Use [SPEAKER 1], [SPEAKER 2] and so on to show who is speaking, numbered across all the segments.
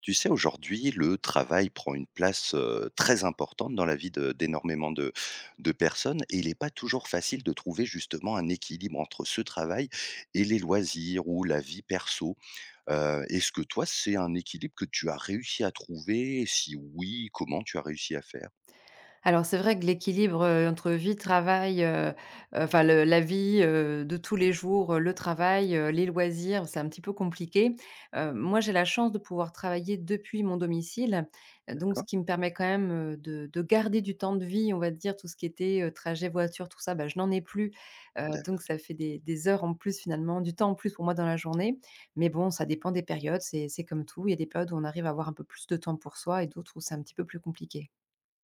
[SPEAKER 1] Tu sais, aujourd'hui, le travail prend une place très importante dans la vie d'énormément de personnes et il n'est pas toujours facile de trouver justement un équilibre entre ce travail et les loisirs ou la vie perso. Est-ce que toi, c'est un équilibre que tu as réussi à trouver? Et si oui, comment tu as réussi à faire?
[SPEAKER 2] Alors c'est vrai que l'équilibre, entre vie, travail, enfin le la vie, de tous les jours, le travail, les loisirs, c'est un petit peu compliqué. Moi j'ai la chance de pouvoir travailler depuis mon domicile, donc ce qui me permet quand même, de garder du temps de vie, on va dire, tout ce qui était, trajet voiture, tout ça, bah, je n'en ai plus. Donc
[SPEAKER 1] D'accord.
[SPEAKER 2] ça fait des heures en plus finalement, du temps en plus pour moi dans la journée. Mais bon, ça dépend des périodes, c'est comme tout. Il y a des périodes où on arrive à avoir un peu plus de temps pour soi et d'autres où c'est un petit peu plus compliqué.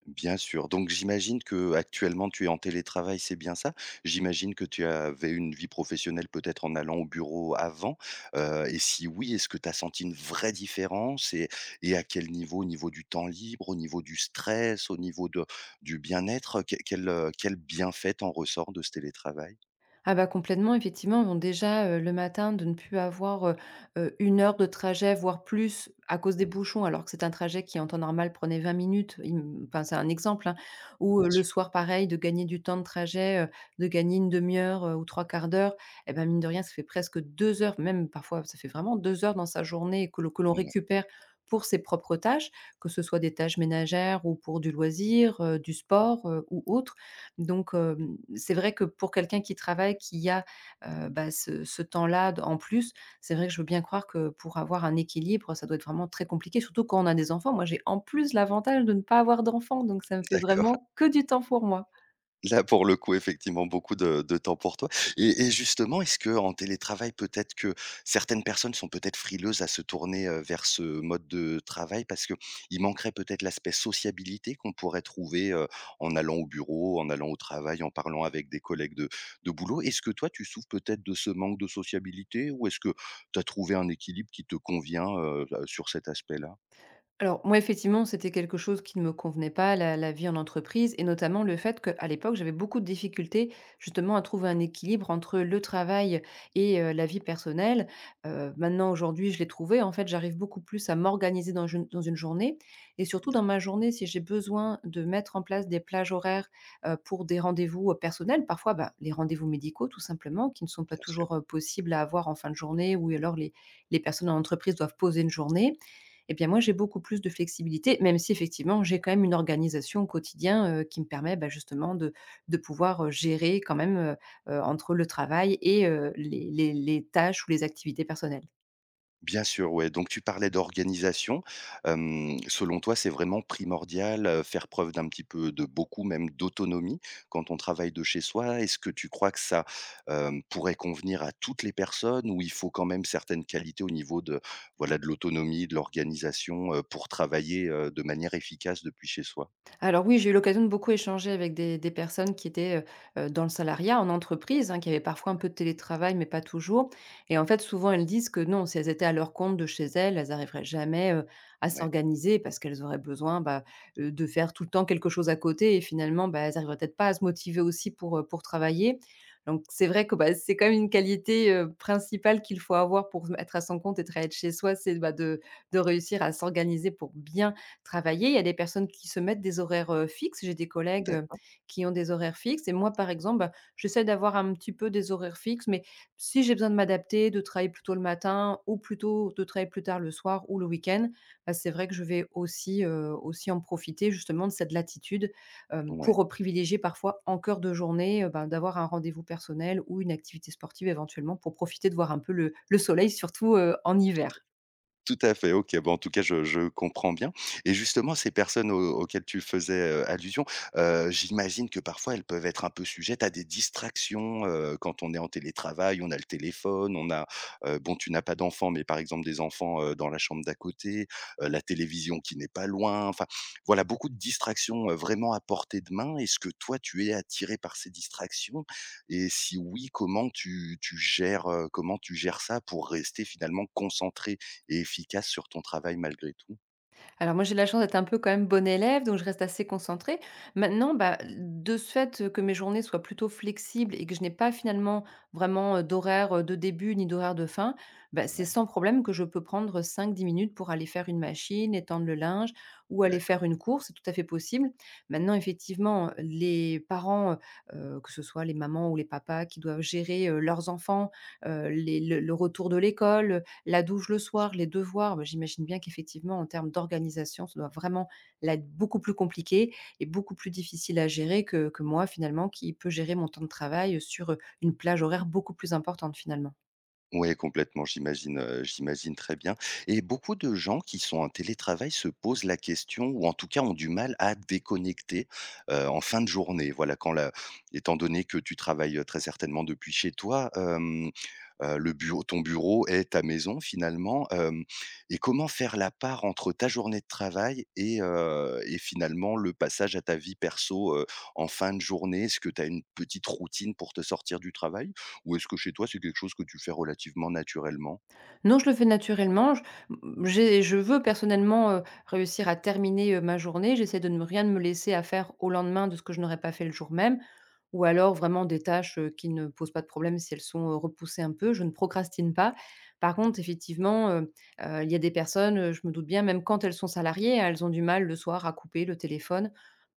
[SPEAKER 1] Bien sûr, donc j'imagine que actuellement tu es en télétravail, c'est bien ça? J'imagine que tu avais une vie professionnelle peut-être en allant au bureau avant, et si oui, est-ce que tu as senti une vraie différence et à quel niveau? Au niveau du temps libre, au niveau du stress, au niveau de du bien-être? Quel, quel bienfait t'en ressort de ce télétravail?
[SPEAKER 2] Ah bah complètement, effectivement. Bon déjà, le matin, de ne plus avoir, 1 heure de trajet, voire plus, à cause des
[SPEAKER 1] Mmh,
[SPEAKER 2] bouchons, alors que c'est un trajet qui, en temps normal, prenait 20 minutes. Im Enfin, c'est un exemple, hein. Ou,
[SPEAKER 1] bien
[SPEAKER 2] le
[SPEAKER 1] sûr,
[SPEAKER 2] soir, pareil, de gagner du temps de trajet, de gagner une demi heure, ou trois quarts d'heure. Et ben mine de rien, ça fait presque 2 heures, même parfois, ça fait vraiment 2 heures dans sa journée que l'on
[SPEAKER 1] mouais,
[SPEAKER 2] récupère pour ses propres tâches, que ce soit des tâches ménagères ou pour du loisir, du sport, ou autre. Donc, c'est vrai que pour quelqu'un qui travaille, qui a, bah, ce temps-là d en plus, c'est vrai que je veux bien croire que pour avoir un équilibre, ça doit être vraiment très compliqué, surtout quand on a des enfants. Moi, j'ai en plus l'avantage de ne pas avoir d'enfants, donc ça me fait
[SPEAKER 1] d'accord.
[SPEAKER 2] vraiment que du temps pour moi.
[SPEAKER 1] Là, pour le coup, effectivement, beaucoup de temps pour toi. Et justement, est-ce que en télétravail, peut-être que certaines personnes sont peut-être frileuses à se tourner, vers ce mode de travail parce que il manquerait peut-être l'aspect sociabilité qu'on pourrait trouver, en allant au bureau, en allant au travail, en parlant avec des collègues de boulot? Est-ce que toi, tu souffres peut-être de ce manque de sociabilité ou est-ce que tu as trouvé un équilibre qui te convient, sur cet aspect-là?
[SPEAKER 2] Alors moi, effectivement, c'était quelque chose qui ne me convenait pas, la vie en entreprise et notamment le fait qu'à l'époque, j'avais beaucoup de difficultés justement à trouver un équilibre entre le travail et la vie personnelle. Maintenant, aujourd'hui, je l'ai trouvé. En fait, j'arrive beaucoup plus à m'organiser dans une journée et surtout dans ma journée, si j'ai besoin de mettre en place des plages horaires, pour des rendez-vous, personnels, parfois, bah, les rendez-vous médicaux tout simplement, qui ne sont pas
[SPEAKER 1] Bien sûr.
[SPEAKER 2] toujours, possibles à avoir en fin de journée ou alors les personnes en entreprise doivent poser une journée. Eh bien, moi, j'ai beaucoup plus de flexibilité, même si effectivement, j'ai quand même une organisation au quotidien, qui me permet, bah, justement de pouvoir, gérer quand même, entre le travail et les tâches ou les activités personnelles.
[SPEAKER 1] Bien sûr, ouais, donc tu parlais d'organisation. Selon toi, c'est vraiment primordial, faire preuve d'un petit peu de, beaucoup même d'autonomie quand on travaille de chez soi? Est-ce que tu crois que ça, pourrait convenir à toutes les personnes ou il faut quand même certaines qualités au niveau de, voilà, de l'autonomie, de l'organisation, pour travailler, de manière efficace depuis chez soi?
[SPEAKER 2] Alors oui, j'ai eu l'occasion de beaucoup échanger avec des personnes qui étaient, dans le salariat, en entreprise, hein, qui avaient parfois un peu de télétravail, mais pas toujours. Et en fait, souvent, elles disent que non, si elles étaient à leur compte de chez elles, elles n'arriveraient jamais, à
[SPEAKER 1] Ouais,
[SPEAKER 2] s'organiser parce qu'elles auraient besoin, bah, de faire tout le temps quelque chose à côté. Et finalement, bah, elles n'arriveraient peut-être pas à se motiver aussi pour travailler. Donc c'est vrai que, bah, c'est quand même une qualité, principale qu'il faut avoir pour être à son compte et être chez soi, c'est, bah, de réussir à s'organiser pour bien travailler. Il y a des personnes qui se mettent des horaires, fixes. J'ai des collègues,
[SPEAKER 1] d'accord,
[SPEAKER 2] qui ont des horaires fixes. Et moi, par exemple, bah, j'essaie d'avoir un petit peu des horaires fixes, mais si j'ai besoin de m'adapter, de travailler plus tôt le matin ou plutôt de travailler plus tard le soir ou le week-end, bah, c'est vrai que je vais aussi en profiter justement de cette latitude,
[SPEAKER 1] ouais.
[SPEAKER 2] pour privilégier parfois en cœur de journée, bah, d'avoir un rendez-vous personnel ou une activité sportive éventuellement pour profiter de voir un peu le soleil surtout, en hiver.
[SPEAKER 1] Tout à fait, OK. Bon, en tout cas, je comprends bien. Et justement, ces personnes au auxquelles tu faisais, allusion, j'imagine que parfois elles peuvent être un peu sujettes à des distractions, quand on est en télétravail, on a le téléphone, on a, bon, tu n'as pas d'enfants, mais par exemple des enfants, dans la chambre d'à côté, la télévision qui n'est pas loin, enfin, voilà, beaucoup de distractions, vraiment à portée de main. Est-ce que toi, tu es attiré par ces distractions et si oui, comment tu gères, comment tu gères ça pour rester finalement concentré et efficace sur ton travail malgré tout?
[SPEAKER 2] Alors moi, j'ai de la chance d'être un peu quand même bonne élève, donc je reste assez concentrée. Maintenant, bah, de ce fait, que mes journées soient plutôt flexibles et que je n'ai pas finalement vraiment, d'horaire, de début ni d'horaire de fin, bah, c'est
[SPEAKER 1] Ouais,
[SPEAKER 2] sans problème que je peux prendre cinq dix minutes pour aller faire une machine, étendre le linge ou aller faire
[SPEAKER 1] d'accord.
[SPEAKER 2] une course, c'est tout à fait possible. Maintenant effectivement, les parents, que ce soit les mamans ou les papas qui doivent gérer, leurs enfants, les le retour de l'école, la douche le soir, les devoirs, bah, j'imagine bien qu'effectivement, en termes d'organisation, ça doit vraiment là être beaucoup plus compliqué et beaucoup plus difficile à gérer que moi, finalement, qui peut gérer mon temps de travail sur une plage horaire beaucoup plus importante, finalement.
[SPEAKER 1] Ouais, complètement, j'imagine, j'imagine très bien. Et beaucoup de gens qui sont en télétravail se posent la question ou en tout cas ont du mal à déconnecter, en fin de journée. Voilà, quand la étant donné que tu travailles, très certainement depuis chez toi, hem, le bureau ton bureau est ta maison finalement, hem et comment faire la part entre ta journée de travail et finalement le passage à ta vie perso, en fin de journée? Est-ce que tu as une petite routine pour te sortir du travail? Ou est-ce que chez toi, c'est quelque chose que tu fais relativement naturellement?
[SPEAKER 2] Non, je le fais naturellement. Je
[SPEAKER 1] Ouais,
[SPEAKER 2] j'ai je veux personnellement, réussir à terminer, ma journée. J'essaie de ne rien me laisser à faire au lendemain de ce que je n'aurais pas fait le jour même ou alors vraiment des tâches, qui ne posent pas de problème si elles sont, repoussées un peu. Je ne procrastine pas. Par contre,
[SPEAKER 1] d'accord,
[SPEAKER 2] effectivement, il y a des personnes, je me doute bien, même quand elles sont salariées, hein, elles ont du mal le soir à couper le téléphone.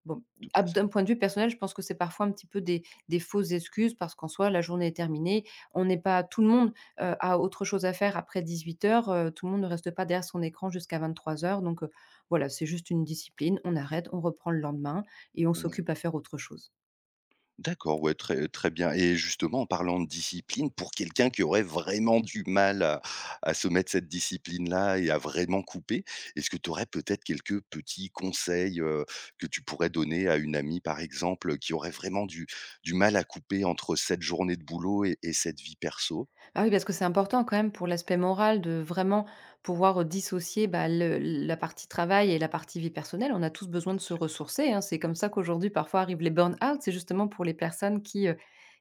[SPEAKER 2] Bon,
[SPEAKER 1] tout
[SPEAKER 2] à
[SPEAKER 1] à fait.
[SPEAKER 2] d'un point de vue personnel, je pense que c'est parfois un petit peu des fausses excuses parce qu'en soi, la journée est terminée. On n'est pas tout le monde a autre chose à faire après 18 h, tout le monde ne reste pas derrière son écran jusqu'à 23 h. Donc voilà, c'est juste une discipline, on arrête, on reprend le lendemain et on
[SPEAKER 1] Ouais.
[SPEAKER 2] s'occupe à faire autre chose.
[SPEAKER 1] D'accord, ouais, très très bien. Et justement, en parlant de discipline, pour quelqu'un qui aurait vraiment du mal à se mettre cette discipline-là et à vraiment couper, est-ce que tu aurais peut-être quelques petits conseils, que tu pourrais donner à une amie, par exemple, qui aurait vraiment du mal à couper entre cette journée de boulot et cette vie perso?
[SPEAKER 2] Ah oui, parce que c'est important quand même pour l'aspect moral de vraiment pouvoir dissocier, bah, le la partie travail et la partie vie personnelle. On a tous besoin de se ressourcer, hein. C'est comme ça qu'aujourd'hui parfois arrivent les burn-out, c'est justement pour les personnes qui, heu,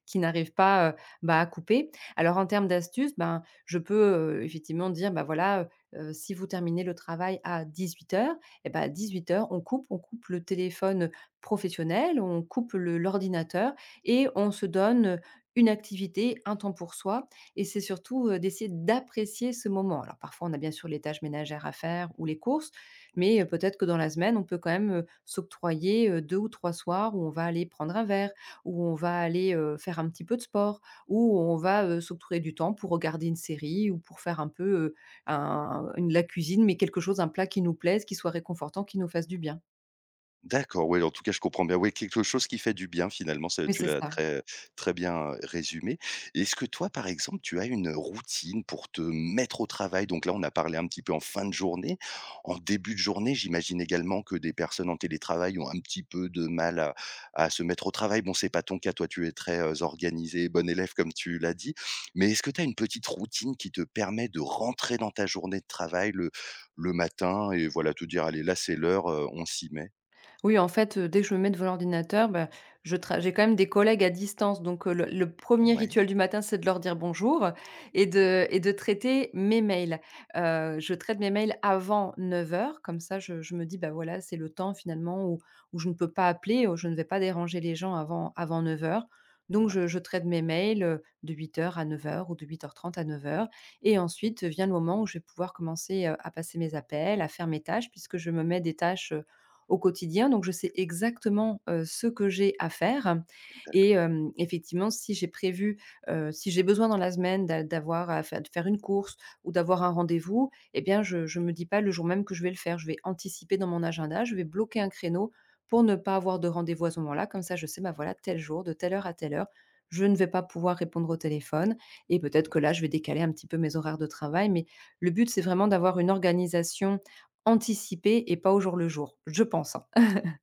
[SPEAKER 2] qui n'arrivent pas, bah, à couper. Alors en termes d'astuces, ben, je peux, effectivement dire: «Bah, voilà, si vous terminez le travail à 18 h, et ben à 18 h on coupe le téléphone professionnel, on coupe le l'ordinateur et on se donne une activité, un temps pour soi» et c'est surtout, d'essayer d'apprécier ce moment. Alors parfois, on a bien sûr les tâches ménagères à faire ou les courses, mais, peut-être que dans la semaine, on peut quand même, s'octroyer, deux ou 3 soirs où on va aller prendre un verre, où on va aller, faire un petit peu de sport, où on va, s'octroyer du temps pour regarder une série ou pour faire un peu, un une la cuisine, mais quelque chose, un plat qui nous plaise, qui soit réconfortant, qui nous fasse du bien.
[SPEAKER 1] D'accord, oui, en tout cas, je comprends bien. Oui, quelque chose qui fait du bien finalement, ça
[SPEAKER 2] Oui,
[SPEAKER 1] tu
[SPEAKER 2] c'est
[SPEAKER 1] l'as
[SPEAKER 2] ça.
[SPEAKER 1] très très bien, résumé. Est-ce que toi, par exemple, tu as une routine pour te mettre au travail? Donc là, on a parlé un petit peu en fin de journée. En début de journée, j'imagine également que des personnes en télétravail ont un petit peu de mal à se mettre au travail. Bon, c'est pas ton cas, toi, tu es très, organisée, bonne élève comme tu l'as dit. Mais est-ce que tu as une petite routine qui te permet de rentrer dans ta journée de travail le matin et voilà, te dire: «Allez, là, c'est l'heure, on s'y met»?
[SPEAKER 2] Oui, en fait, dès que je me mets devant l'ordinateur, bah, je tra j'ai quand même des collègues à distance, donc le 1er
[SPEAKER 1] Ouais,
[SPEAKER 2] rituel du matin, c'est de leur dire bonjour et de
[SPEAKER 1] d'acc
[SPEAKER 2] et de traiter mes mails. Je traite mes mails avant 9 h, comme ça je me dis: «Bah, voilà, c'est le temps finalement où je ne peux pas appeler, où je ne vais pas déranger les gens avant 9 h. Donc
[SPEAKER 1] Mouais,
[SPEAKER 2] je traite mes mails, de 8 h à 9 h ou de 8 h 30 à 9 h. Et ensuite vient le moment où je vais pouvoir commencer, à passer mes appels, à faire mes tâches puisque je me mets des tâches au quotidien. Donc, je sais exactement, ce que j'ai à faire. Et
[SPEAKER 1] d'accord,
[SPEAKER 2] effectivement, si j'ai prévu, si j'ai besoin dans la semaine d'a d'avoir à fai de faire une course ou d'avoir un rendez-vous, eh bien, je me dis pas le jour même que je vais le faire. Je vais anticiper dans mon agenda, je vais bloquer un créneau pour ne pas avoir de rendez-vous à ce moment-là. Comme ça, je sais, bah, voilà, tel jour, de telle heure à telle heure, je ne vais pas pouvoir répondre au téléphone et peut-être que
[SPEAKER 1] ouais.
[SPEAKER 2] là, je vais décaler un petit peu mes horaires de travail. Mais le but, c'est vraiment d'avoir une organisation, anticiper et pas au jour le jour, je pense, hein.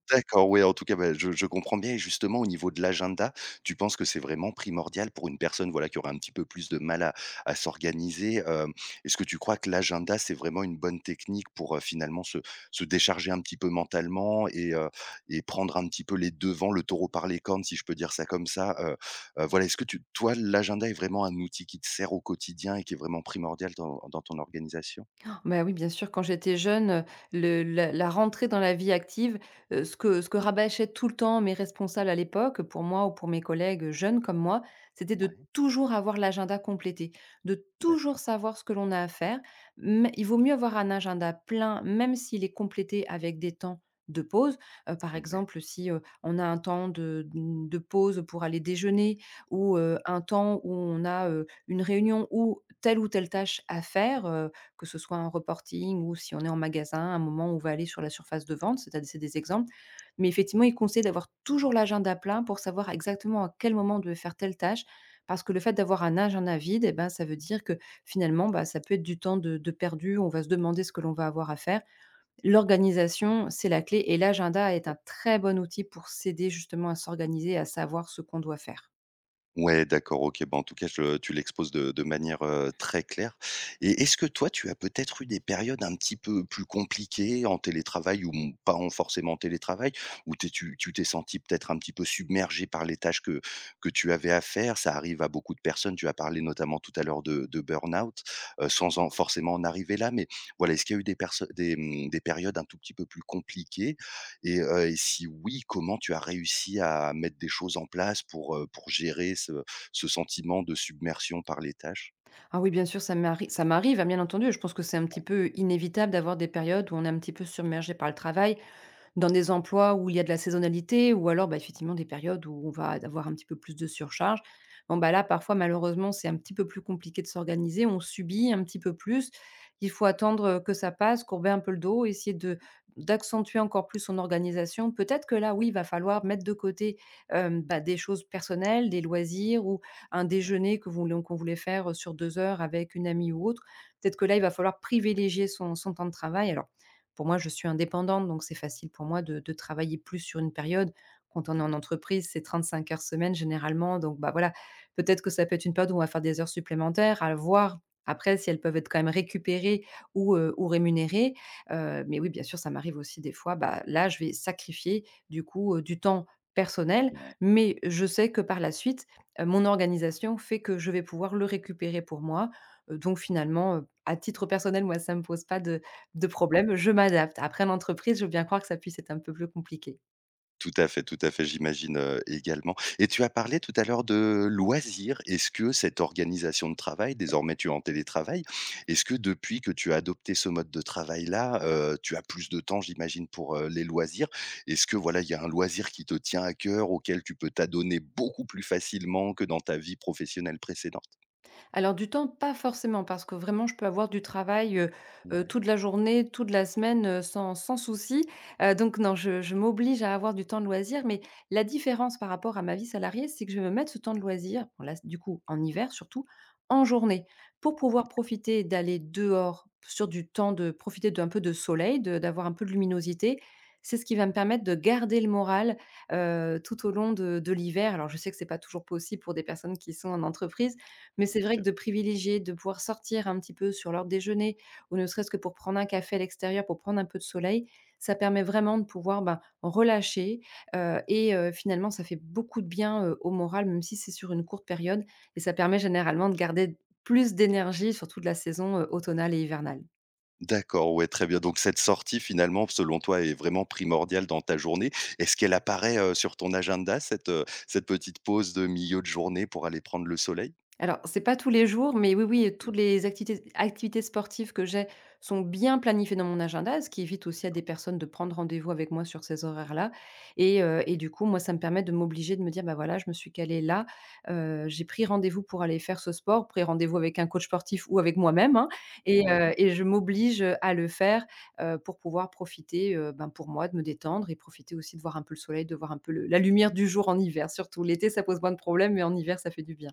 [SPEAKER 1] D'accord, ouais, en tout cas, bah, je comprends bien. Et justement au niveau de l'agenda, tu penses que c'est vraiment primordial pour une personne, voilà, qui aurait un petit peu plus de mal à s'organiser, est-ce que tu crois que l'agenda, c'est vraiment une bonne technique pour, finalement se décharger un petit peu mentalement et prendre un petit peu les devants, le taureau par les cornes, si je peux dire ça comme ça, voilà, est-ce que tu toi, l'agenda est vraiment un outil qui te sert au quotidien et qui est vraiment primordial dans ton organisation?
[SPEAKER 2] Bah, oui, bien sûr, quand j'étais jeune, le la la rentrée dans la vie active, ce que rabâchaient tout le temps mes responsables à l'époque, pour moi ou pour mes collègues, jeunes comme moi, c'était de
[SPEAKER 1] Ouais,
[SPEAKER 2] toujours avoir l'agenda complété, de toujours
[SPEAKER 1] d'accord,
[SPEAKER 2] savoir ce que l'on a à faire. Mais il vaut mieux avoir un agenda plein, même s'il est complété avec des temps de pause. Par
[SPEAKER 1] ouais.
[SPEAKER 2] exemple, si, on a un temps de pause pour aller déjeuner ou, un temps où on a, une réunion ou telle tâche à faire, que ce soit en reporting ou si on est en magasin, un moment où on va aller sur la surface de vente, c'est à dire c'est des exemples. Mais effectivement, il conseille d'avoir toujours l'agenda plein pour savoir exactement à quel moment on devait faire telle tâche, parce que le fait d'avoir un agenda vide, eh ben, ça veut dire que finalement, bah, ça peut être du temps de perdu, on va se demander ce que l'on va avoir à faire. L'organisation, c'est la clé, et l'agenda est un très bon outil pour s'aider justement à s'organiser, à savoir ce qu'on doit faire.
[SPEAKER 1] Ouais, d'accord, OK. Bah, en tout cas, je tu l'exposes de manière, très claire. Et est-ce que toi, tu as peut-être eu des périodes un petit peu plus compliquées en télétravail ou m pas en forcément télétravail, où t'es tu tu t'es senti peut-être un petit peu submergé par les tâches que tu avais à faire? Ça arrive à beaucoup de personnes, tu as parlé notamment tout à l'heure de burn-out, sans en forcément en arriver là, mais voilà, est-ce qu'il y a eu des perso des, mmh, des périodes un tout petit peu plus compliquées et si oui, comment tu as réussi à mettre des choses en place pour gérer ce sentiment de submersion par les tâches?
[SPEAKER 2] Ah oui, bien sûr, ça m'arrive. Ça m'arrive, hein, bien entendu. Je pense que c'est un petit peu inévitable d'avoir des périodes où on est un petit peu submergé par le travail dans des emplois où il y a de la saisonnalité ou alors, bah, effectivement, des périodes où on va avoir un petit peu plus de surcharge. Bon, bah, là, parfois, malheureusement, c'est un petit peu plus compliqué de s'organiser. On subit un petit peu plus. Il faut attendre que ça passe, courber un peu le dos, essayer de d'accentuer encore plus son organisation. Peut-être que là, oui, il va falloir mettre de côté des choses personnelles, des loisirs ou un
[SPEAKER 1] Ouais,
[SPEAKER 2] déjeuner qu'on voulait faire sur 2 heures avec une amie ou autre. Peut-être que là, il va falloir privilégier son temps de travail. Alors, pour moi, je suis indépendante, donc c'est facile pour moi de travailler plus sur une période. Quand on est en
[SPEAKER 1] ouais,
[SPEAKER 2] entreprise, c'est 35 heures semaine généralement, donc bah, voilà, peut-être que ça peut être une période où on va faire des heures supplémentaires, à voir après si elles peuvent être quand même récupérées ou rémunérées. Mais oui, bien sûr, ça m'arrive aussi des fois, bah, là, je vais sacrifier du coup, du temps personnel,
[SPEAKER 1] ouais,
[SPEAKER 2] mais je sais que par la suite, mon organisation fait que je vais pouvoir le récupérer pour moi. Donc finalement, à titre personnel, moi, ça ne me pose pas de problème,
[SPEAKER 1] ouais.
[SPEAKER 2] je m'adapte. Après l'entreprise, je veux bien croire que ça puisse être un peu plus compliqué.
[SPEAKER 1] Tout à fait, j'imagine, également. Et tu as parlé tout à l'heure de loisirs. Est-ce que cette organisation de travail, désormais tu es en télétravail, est-ce que depuis que tu as adopté ce mode de travail-là, tu as plus de temps, j'imagine, pour, les loisirs? Est-ce que, voilà, il y a un loisir qui te tient à cœur, auquel tu peux t'adonner beaucoup plus facilement que dans ta vie professionnelle précédente?
[SPEAKER 2] Alors du temps, pas forcément, parce que vraiment je peux avoir du travail,
[SPEAKER 1] Ouais,
[SPEAKER 2] toute la journée, toute la semaine, sans sans souci. Donc non, je m'oblige à avoir du temps de loisir, mais la différence par rapport à ma vie salariée, c'est que je vais me mettre ce temps de loisir, bon là, du coup, en hiver surtout, en journée, pour pouvoir profiter d'aller dehors sur du temps de profiter d'un peu de soleil, de d'avoir un peu de luminosité. C'est ce qui va me permettre de garder le moral, tout au long de l'hiver. Alors je sais que c'est pas toujours possible pour des personnes qui sont en entreprise, mais c'est
[SPEAKER 1] bien
[SPEAKER 2] vrai que
[SPEAKER 1] sûr.
[SPEAKER 2] de privilégier, de pouvoir sortir un petit peu sur l'heure déjeuner ou ne serait-ce que pour prendre un café à l'extérieur, pour prendre un peu de soleil, ça permet vraiment de pouvoir, ben, relâcher, finalement ça fait beaucoup de bien, au moral, même si c'est sur une courte période et ça permet généralement de garder plus d'énergie, surtout de la saison, automnale et hivernale.
[SPEAKER 1] D'accord, ouais, très bien. Donc cette sortie finalement, selon toi, est vraiment primordiale dans ta journée. Est-ce qu'elle apparaît, sur ton agenda cette, cette petite pause de milieu de journée pour aller prendre le soleil?
[SPEAKER 2] Alors, c'est pas tous les jours, mais oui, oui,
[SPEAKER 1] Mmh.
[SPEAKER 2] toutes les activités sportives que j'ai sont bien planifiées dans mon agenda, ce qui évite aussi à des
[SPEAKER 1] D'accord.
[SPEAKER 2] personnes de prendre rendez-vous avec moi sur ces horaires-là et du coup, moi, ça me permet de m'obliger, de me dire: «Bah, voilà, je me suis calée là, j'ai pris rendez-vous pour aller faire ce sport», pris rendez-vous avec un coach sportif ou avec moi-même, hein et
[SPEAKER 1] Mmh. Ouais.
[SPEAKER 2] heu et je m'oblige à le faire, pour pouvoir profiter, ben, pour moi, de me détendre et profiter aussi de voir un peu le soleil, de voir un peu le la lumière du jour en hiver surtout. L'été, ça pose moins de problèmes, mais en hiver, ça fait du bien.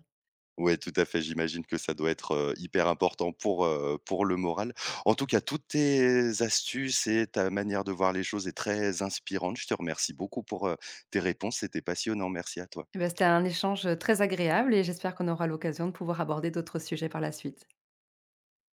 [SPEAKER 1] Ouais, tout à fait. J'imagine que ça doit être, hyper important pour le moral. En tout cas, toutes tes astuces et ta manière de voir les choses est très inspirante. Je te remercie beaucoup pour, tes réponses. C'était passionnant. Merci à toi.
[SPEAKER 2] Eh ben, c'était un échange, très agréable et j'espère qu'on aura l'occasion de pouvoir aborder d'autres sujets par la suite.